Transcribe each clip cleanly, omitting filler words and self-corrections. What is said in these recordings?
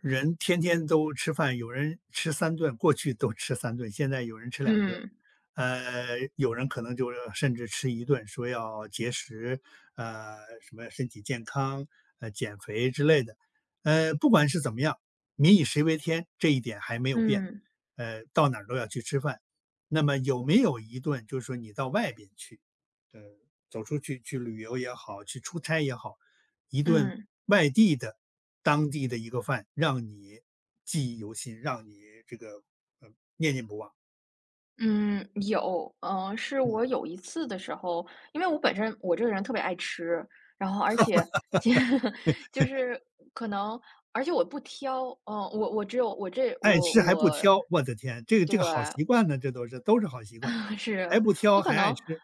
人天天都吃饭，有人吃三顿，过去都吃三顿，现在有人吃两顿。嗯有人可能就是甚至吃一顿，说要节食，什么身体健康，减肥之类的。不管是怎么样，民以食为天，这一点还没有变。嗯到哪儿都要去吃饭。那么有没有一顿就是说你到外边去，呃，走出去旅游也好，去出差也好，一顿嗯外地的、当地的一个饭，让你记忆犹新，让你这个呃念念不忘。嗯，有，是嗯，我有一次的时候，因为我本身我这个人特别爱吃，然后而且 就是可能，而且我不挑。嗯，我只有我这爱我吃还不我，挑，我的天，这个对 这个好习惯呢，这都是好习 惯，啊，是，还不挑我可还爱能吃，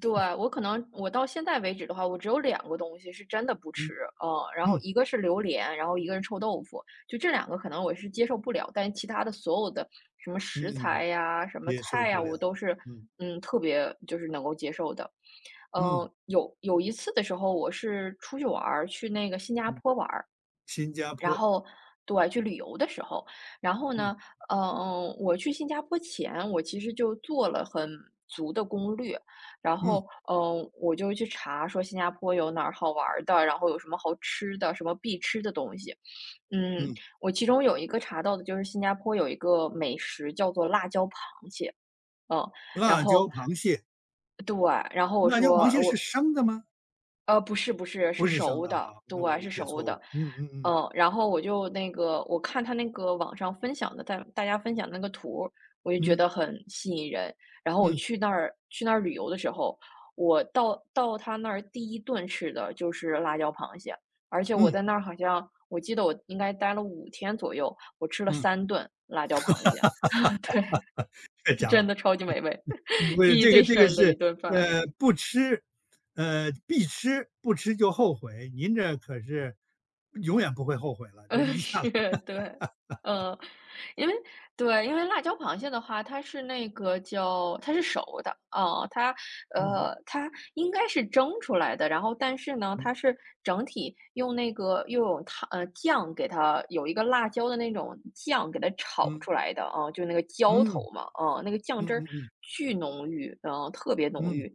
对，我可能我到现在为止的话，我只有两个东西是真的不吃。嗯嗯，然后嗯一个是榴莲，然后一个是臭豆腐。就这两个可能我是接受不了，但其他的所有的什么食材嗯，呀、什么接受菜不呀，了，我都是，嗯特别就是能够接受的。嗯有一次的时候，我是出去玩儿，去那个新加嗯，坡玩儿。新加然坡，后对，去旅游的时候，然后嗯呢，我去新加坡前，我其实就做了很足的攻略。然嗯后，我就去查说新加坡有哪儿好玩儿的，然后有什么好吃的，什么必吃的东西。嗯，嗯，我其中有一个查到的就是新加坡有一个美食叫做辣椒螃蟹。嗯，然辣椒后螃蟹，对，然后我辣椒说螃蟹是我生的吗？不是不是，是不是生熟的的，哈，那我对，理是解熟错误。的。嗯嗯嗯。然后我就那个，我看他那个网上分享的，大家分享的那个图儿我就觉嗯得很吸引人。然后我嗯去那儿旅游的时候，我到他那儿第一顿吃的就是辣椒螃蟹，而且我嗯在那儿好像我记得我应该待了5天左右，我吃了嗯，3顿辣椒螃蟹。对，这是家伙，真的超级美味。不是记忆这最个这个深的一是，顿饭。不吃，必吃，不吃就后悔。您这可是永远不会后悔了，这一下是，子，对。嗯，因为对，因为辣椒螃蟹的话，它是那个叫它是熟的啊，它嗯哼，它应该是蒸出来的，然后但是呢，嗯它是整体用那个又有糖酱给它有一个辣椒的那种酱给它炒嗯出来的啊，就那个浇嗯头嘛。啊，那个酱嗯汁儿嗯嗯巨浓郁，特别浓嗯，郁。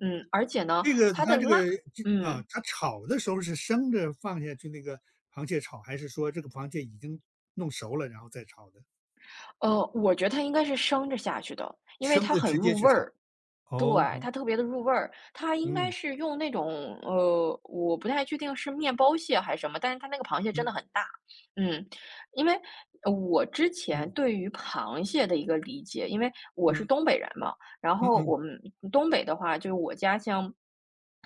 而且呢，这个它的它这辣，个这啊，嗯。它炒的时候是生着放下去那个螃蟹炒，还是说这个螃蟹已经弄熟了然后再炒的？我觉得它应该是生着下去的，因为生它的很直接入去味炒。儿。对，哦，嗯它特别的入味儿，它应该嗯是用那种，我不太确定是面包蟹还是什么，但是它那个螃蟹真嗯的很大。嗯，因为我之前嗯对于螃蟹的一个理解，因为我是嗯东北人嘛。然嗯后嗯我们东北的话，就是我家乡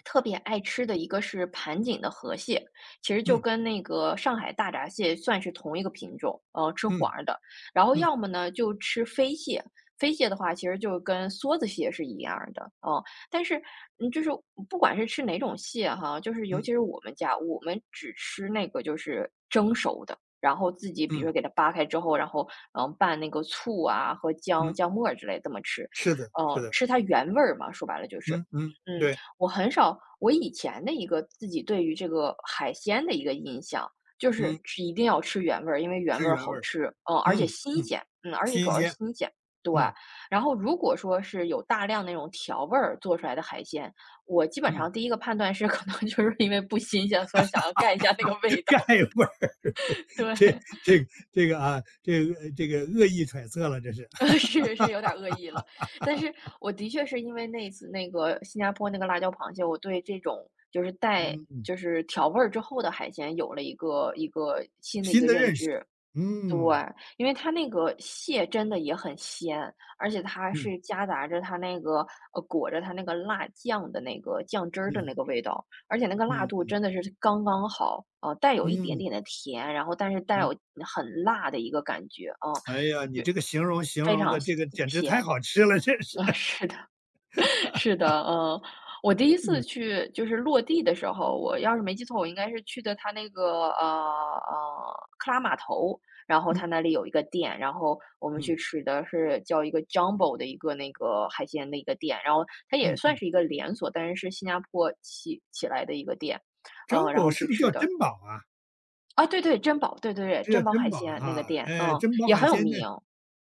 特别爱吃的一个是盘锦的河蟹，其实就嗯跟那个上海大闸蟹算是同一个品种。吃嗯黄儿的。然后嗯要么呢就吃飞蟹，飞蟹的话其实就跟梭子蟹是一样儿的。嗯，但是就是不管是吃哪种蟹哈，就是尤嗯其是我们家，我们只吃那个就是蒸熟的，然后自己比如嗯。说给它扒开之后，然后拌那个醋啊和嗯，姜末儿之类这么吃，是的，是的，吃它原味儿嘛，说白了就是。嗯嗯，嗯，对，我很少，我以前的一个自己对于这个海鲜的一个印象，就嗯，是吃一定要吃原味儿，因为原是味儿原味好儿，吃。嗯，而嗯且新嗯，鲜，而且主新要是鲜，新鲜，对。嗯然后如果说是有大量那种调味儿做出来的海鲜，我基本嗯，上第一个判断是 可能就是因为不新鲜，所以想要盖一下那个味 道。盖味儿，对，这这个恶意揣测了，这是，是是有点恶意了。但是我的确是因为那次那个新加坡那个辣椒螃蟹，我对这种就是带嗯嗯，就是调味儿之后的海鲜有了一个新的一新个的认认识，知。对，嗯因为它那个蟹真的也很鲜，而且它嗯是夹杂着它那个裹着它那个辣酱的那个酱汁儿嗯的那哼个味道，而且那个辣度嗯真的是刚刚好。带有一点嗯点的甜，然后但是带有嗯，很辣的一个感觉。嗯，哎呀，你就这个形容形非容常的这个简直太鲜。好吃了，这是，啊，是的。是的。嗯，我第一次嗯去就是落地的时候，我要是没记错，我应该是去的他那个克拉码头。然后他嗯那里有一个店，然后我们去嗯吃的是叫一个 Jumbo 的一个那个海鲜的一个店，然后它也嗯算嗯，是一个连锁，但是是新加坡起来的一个店。张然狗后是去不是叫吃珍的宝啊？啊，对对，珍宝，对对对，这叫珍宝珍海宝鲜那个哈，店，哎，珍宝也海很有鲜的，名。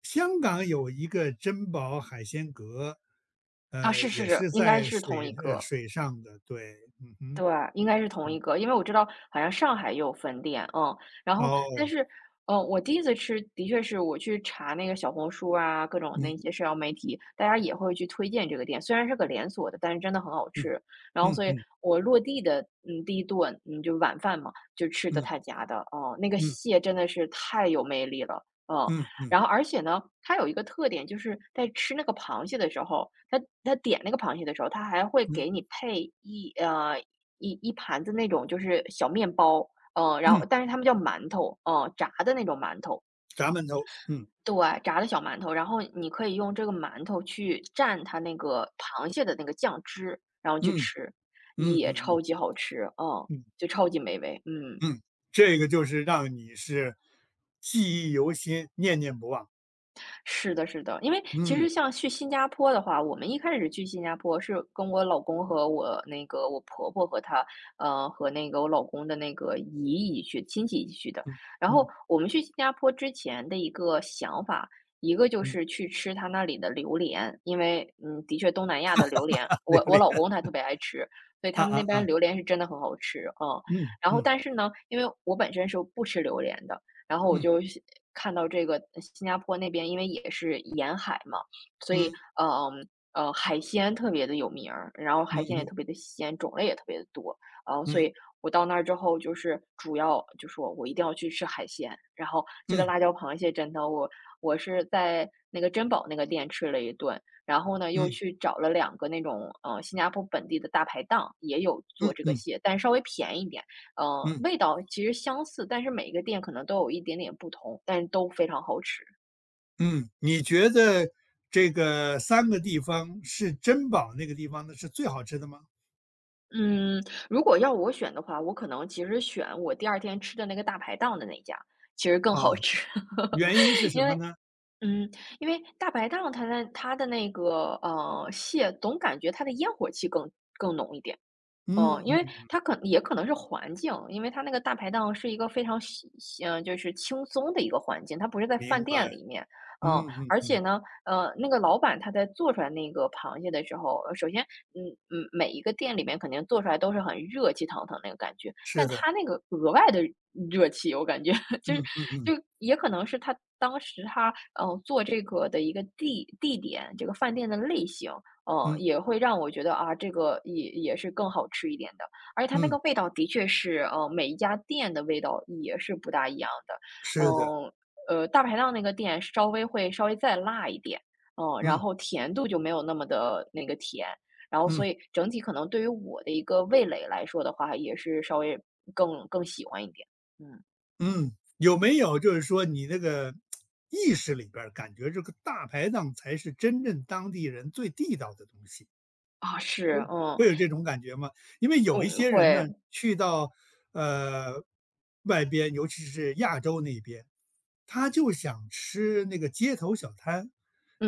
香港有一个珍宝海鲜阁，啊，是是也是是，应该在是同一个。水上的，对，嗯哼，对，应该是同一个，因为我知道好像上海也有分店。嗯，然后但哦，是，我第一次吃的确是我去查那个小红书啊，各种嗯那些社交媒体，大家也会去推荐这个店，虽然是个连锁的，但是真的很好嗯，吃。然后，嗯所以嗯我落地的，第一顿，就晚饭嘛，就吃的嗯他家的。哦、那个嗯蟹真的是太有魅力了。嗯，嗯嗯然后而且呢，它有一个特点，就是在吃那个螃蟹的时候，它点那个螃蟹的时候，它还会嗯给你配一盘子那种就是小面包。然嗯，后但是他们叫馒头。嗯，炸的那种馒头，炸头，嗯对，炸的小馒头，然后你可以用这个馒头去蘸它那个螃蟹的那个酱汁，然后去嗯吃，嗯也嗯嗯超级好吃。嗯，嗯就超级美味，嗯。嗯，这个就是让你是记忆犹新、念念不忘，是的，是的，因为其嗯实像去新加坡的话，我们一开始去新加坡是跟我老公和我那个我婆婆和她，和那个我老公的那个姨姨去，亲戚一起去的。嗯然嗯后我们去新加坡之前的一个想法，一个就嗯，是去吃他那里的榴莲，因为的确东南亚的榴莲，榴我莲，老公他特别爱吃，所以啊他们那啊边啊，榴莲是真的很好吃，嗯。嗯然后嗯但是呢，因为我本身是不吃榴莲的。然后我嗯就西看到这个新加坡那边，因为也是沿海嘛，所以嗯嗯海鲜特别的有名儿，然后嗯海鲜嗯也特别嗯的鲜，种类也特别的多，然后所嗯。以我到那儿之后，就是主要就说我一定要去吃海鲜，然后这个辣椒螃蟹真的我是在那个珍宝那个店吃了一顿，然后呢又嗯去找了两个那种新加坡本地的大排档，也有嗯做这个嗯蟹，但稍微便宜一点。嗯味道其实相似，但是每一个店可能都有一点点不同，但是都非常好吃。嗯，你觉得这个三个地方是珍宝那个地方的是最好吃的吗？嗯，如果要我选的话，我可能其实选我第二天吃的那个大排档的那家，其实更啊，好吃。原因是 什因么为呢？嗯，因为大排档它的那个蟹，总感觉它的烟火气更浓一点。嗯嗯因为嗯，它也可能是环境，因为它那个大排档是一个非常就是轻松的一个环境，它不是在饭明白，店里面。嗯，嗯嗯而且嗯，呢，那个老板他在做出来那个螃蟹的时候，首先，每一个店里面肯定做出来都是很热气腾腾那个感觉，是但的，他那个额外的热气，我感觉 就是嗯嗯嗯就也可能是他当时他做这个的一个地点，这个饭店的类型，嗯，嗯也会让我觉得啊，这个也是更好吃一点的，而且它那嗯，个味道的确是，每一家店的味道也是不大一样的。是的，嗯，大排档那个店稍微会再辣一点，嗯，然嗯后甜度就没有那么的那个甜，然后嗯所以整体可能对于我的一个味蕾来说的话，也是稍微更喜欢一点。嗯，嗯，有没有就是说你那个意识里边儿感觉这个大排档才是真正当地人最地道的东西？啊，是，嗯，会有这种感觉吗？因为有一嗯，些人会，呢，去到呃外边，尤其是亚洲那边，他就想吃那个街头小摊，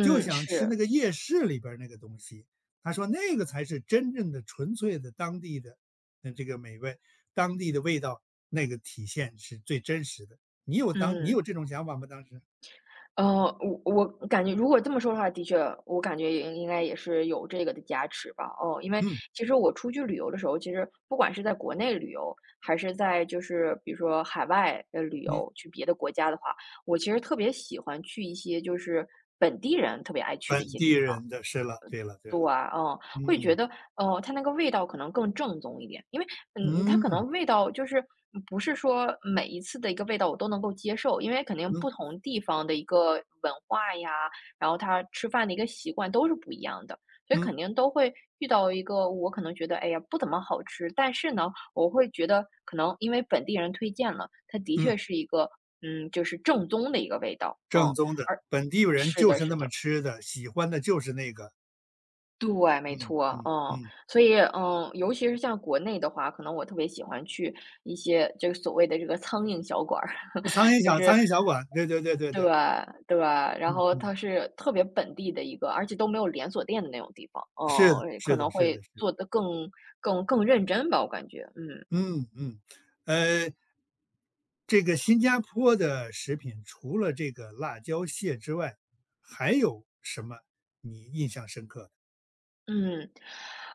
就想吃那是，个夜市里边儿那个东西。他说那个才是真正的纯粹的当地的这个美味，当地的味道那个体现是最真实的。你有当你嗯。有这种想法吗？当时，我感觉如果这么说的话，的确，我感觉也应该也是有这个的加持吧。哦，因为嗯其实我出去旅游的时候，其实不管是在国内旅游，还是在就是比如说海外旅嗯，游，去别的国家的话，我其实特别喜欢去一些就是本地人特别爱去的一本些地地方。人的，是了，对了对对，了，嗯，会觉嗯得，它那个味道可能更正宗一点，因为，嗯，它嗯可嗯能味道就是不是说每一次的一个味道我都能够接受，因为肯定不同地方的一个文化呀，然后他吃饭的一个习惯都是不一样的，所以嗯嗯。肯定都会遇到一个我可能觉得，哎呀，不怎么好吃，但是呢，我会觉得可能因为本地人推荐了，它的确是一个，嗯，就是正宗的一个味道，嗯，正宗的，而本地人是就的，是是那么的。吃的，喜欢的就是那个。对，没嗯错，嗯嗯，嗯，所以，嗯，尤其是像国内的话，可能我特别喜欢去一些这个所谓的这个苍蝇小馆儿，那就苍是蝇小馆，对对对对对对，对，然嗯后嗯，它是特别本地的一个，而且都没有连锁店的那种地方，是的嗯，是可的能是的会是的，做得更认真吧，我感觉，嗯。嗯嗯。呃，这个新加坡的食品除了这个辣椒蟹之外，还有什么你印象深刻的？嗯，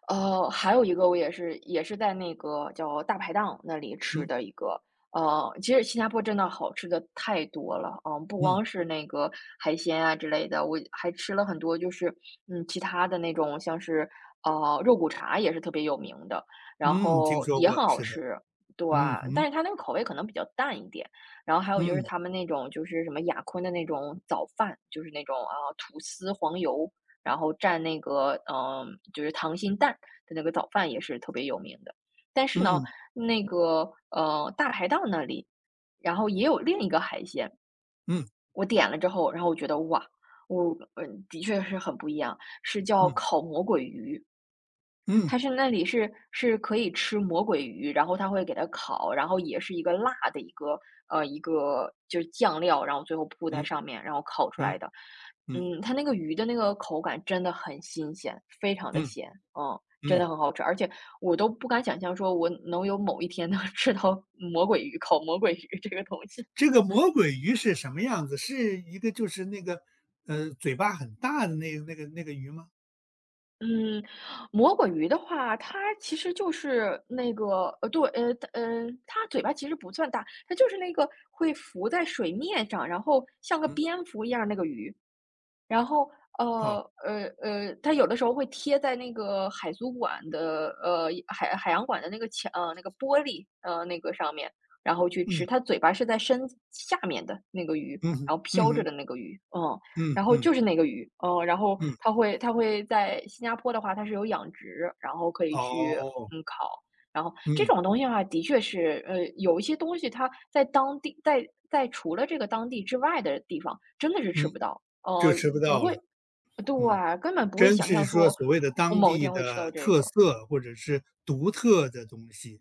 还有一个我也是在那个叫大排档那里吃嗯的一个，其实新加坡真的好吃的太多了，不嗯光是那个海鲜啊之类的，我还吃了很多，就是嗯，其他的那种像是肉骨茶也是特别有名的，然嗯，听后说也过，很好是的，吃，对嗯啊但哼，是它那个口味可能比较淡一点，然后还有就是嗯他们那种就是什么雅坤的那种早饭，就是那种啊吐司黄油。然后蘸那个嗯，就是溏心蛋的那个早饭也是特别有名的。但是呢，嗯那个大排档那里，然后也有另一个海鲜，嗯我点了之后，然后我觉得哇，我嗯的确是很不一样，是叫嗯烤魔鬼鱼。嗯它是那里是可以吃魔鬼鱼，然后它会给它烤，然后也是一个辣的一个一个就是酱料，然后最后铺在嗯上面，然后烤出嗯来的。嗯嗯，它那个鱼的那个口感真的很新鲜，非常的嗯嗯鲜，嗯，真嗯。的很好吃。而且我都不敢想象说我能有某一天能 吃到魔鬼鱼，烤魔鬼鱼这个东西。这个魔鬼鱼是什么样子？是一个就是那个，嘴巴很大的那个鱼吗？嗯，魔鬼鱼的话，它其实就是那个，对，它嗯它嘴巴其实不算大，它就是那个会浮在水面上，然后像个嗯，蝙蝠一样那个鱼。然后，哦，呃它有的时候会贴在那个海族馆的海洋馆的那个墙那个玻璃，那个上面，然后去吃。嗯，它嘴巴是在身子下面的那个鱼，嗯哼，然后嗯飘着哼，的那个鱼，嗯，嗯然后嗯就是那个鱼，嗯，然后嗯，它会在新加坡的话，它是有养殖，然后可以去，哦，嗯，烤。然后这嗯种东西的话，的确是，有一些东西它在除了这个当地之外的地方，真的是嗯，吃不到。哦，就吃不不到了，会对嗯，啊，根本不会真想是象说说所谓的我当某一地天会吃到的这特个。色或者是独特的东西，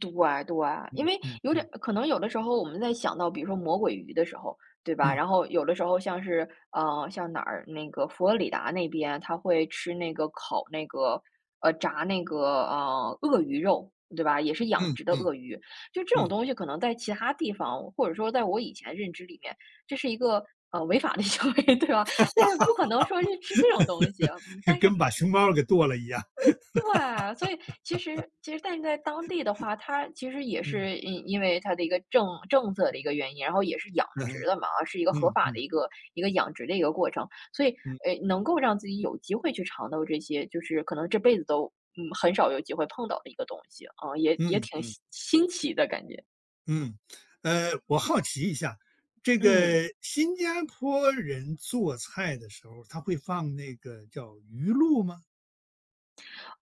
对啊对啊，因嗯为嗯有点嗯可能有的时候我们在想到，比如说魔鬼鱼的时候，对吧？嗯然后有的时候像是像哪儿那个佛罗里达那边，他会吃那个烤那个炸那个鳄鱼肉，对吧？也是养嗯殖的嗯鳄鱼，就这种嗯，东西可能在其他地方，或者说在我以前认知里面，这是一个违法的行为，对吧？就是不可能说是吃这种东西，嗯 但是跟把熊猫给剁了一样，对，所以其实但是在当地的话，它其实也嗯 是因为它的一个政策的一个原因，然后也是养殖 的嘛，是一个合嗯嗯法的嗯一个养殖的一个过程，所以嗯能够让自己有机会去尝到这些，就是可能这辈子都嗯很少有机会碰到的一个东西，啊，也也嗯挺嗯。新奇的感觉。嗯，我好奇一下，这嗯，个新加坡人做菜的时候，他会放那个叫鱼露吗？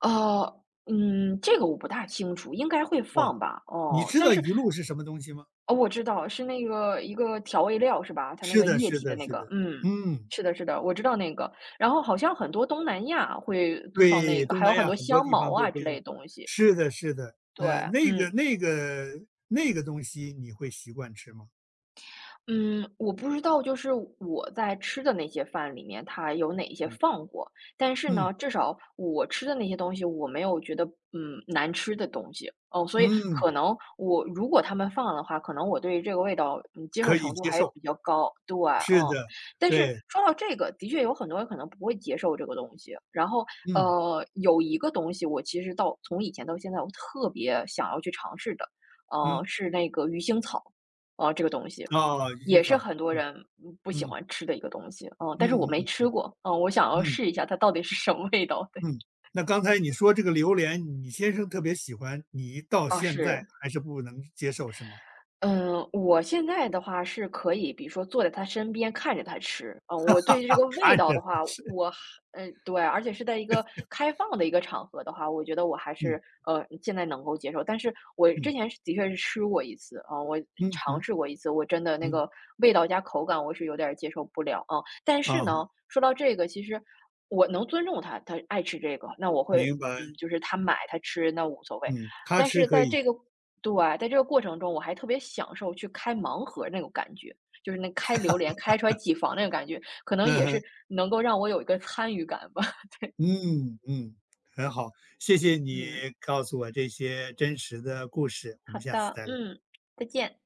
哦，嗯，这个我不大清楚，应该会哦，放吧，你哦，知但道是鱼露是什么东西吗？哦，我知道，是那个一个调味料是吧？它那是个的，液是体的的，那是的，个，嗯，嗯，是的，是的，我知道那个。然后好像很多东南亚会放那对，个，东还南有很亚多很多香地茅方都啊会之用。类的东西。是的，是的，对，那那个嗯。那个那个东西你会习惯吃吗？嗯，我不知道，就是我在吃的那些饭里面，它有哪一些嗯放过。但是嗯呢，至少我吃的那些东西，我没有觉得嗯难吃的东西哦。所以嗯，可能我如果他们放了的话，可能我对这个味道嗯接受可以程度接还受。比较高。对，是嗯。的，但是对，说到这个，的确有很多人可能不会接受这个东西。然后嗯有一个东西，我其实到从以前到现在，我特别想要去尝试的，嗯，是那个鱼腥草。这个东西，哦，鱼腥也是草，很多人，嗯不喜嗯欢吃的一个东西，嗯，但是我嗯没嗯嗯吃过，嗯，我想要嗯。试一下它到底是什么味道，对。嗯，那刚才你说这个榴莲，你先生特别喜欢，你到啊现在是。还是不能接受是吗？嗯，我现在的话是可以，比如说坐在他身边看着他吃。嗯，我对于这个 味看道的着话，吃，我还嗯，对，而且是在一个开放的一个场合的话，我觉得我还嗯是现在能够接受。但是我嗯之前是的确是吃过一次啊，我嗯尝嗯试过一次，我真的那嗯，个味道加口感我是有点儿接受不了啊。但啊，是呢，说到这个，其实我能尊重他，他爱吃这个，那我会明白，嗯，就是他买他吃那无所谓。嗯，他但吃是可在以，这个对，在这个过程中，我还特别享受去开盲盒那种感觉，就是那开榴莲开出来几房那种感觉，可能嗯也哼是能够让我有一个参与感吧。嗯嗯，很好，谢谢你嗯，告诉我这些真实的故事，我好们下次的，再聊。嗯，再见。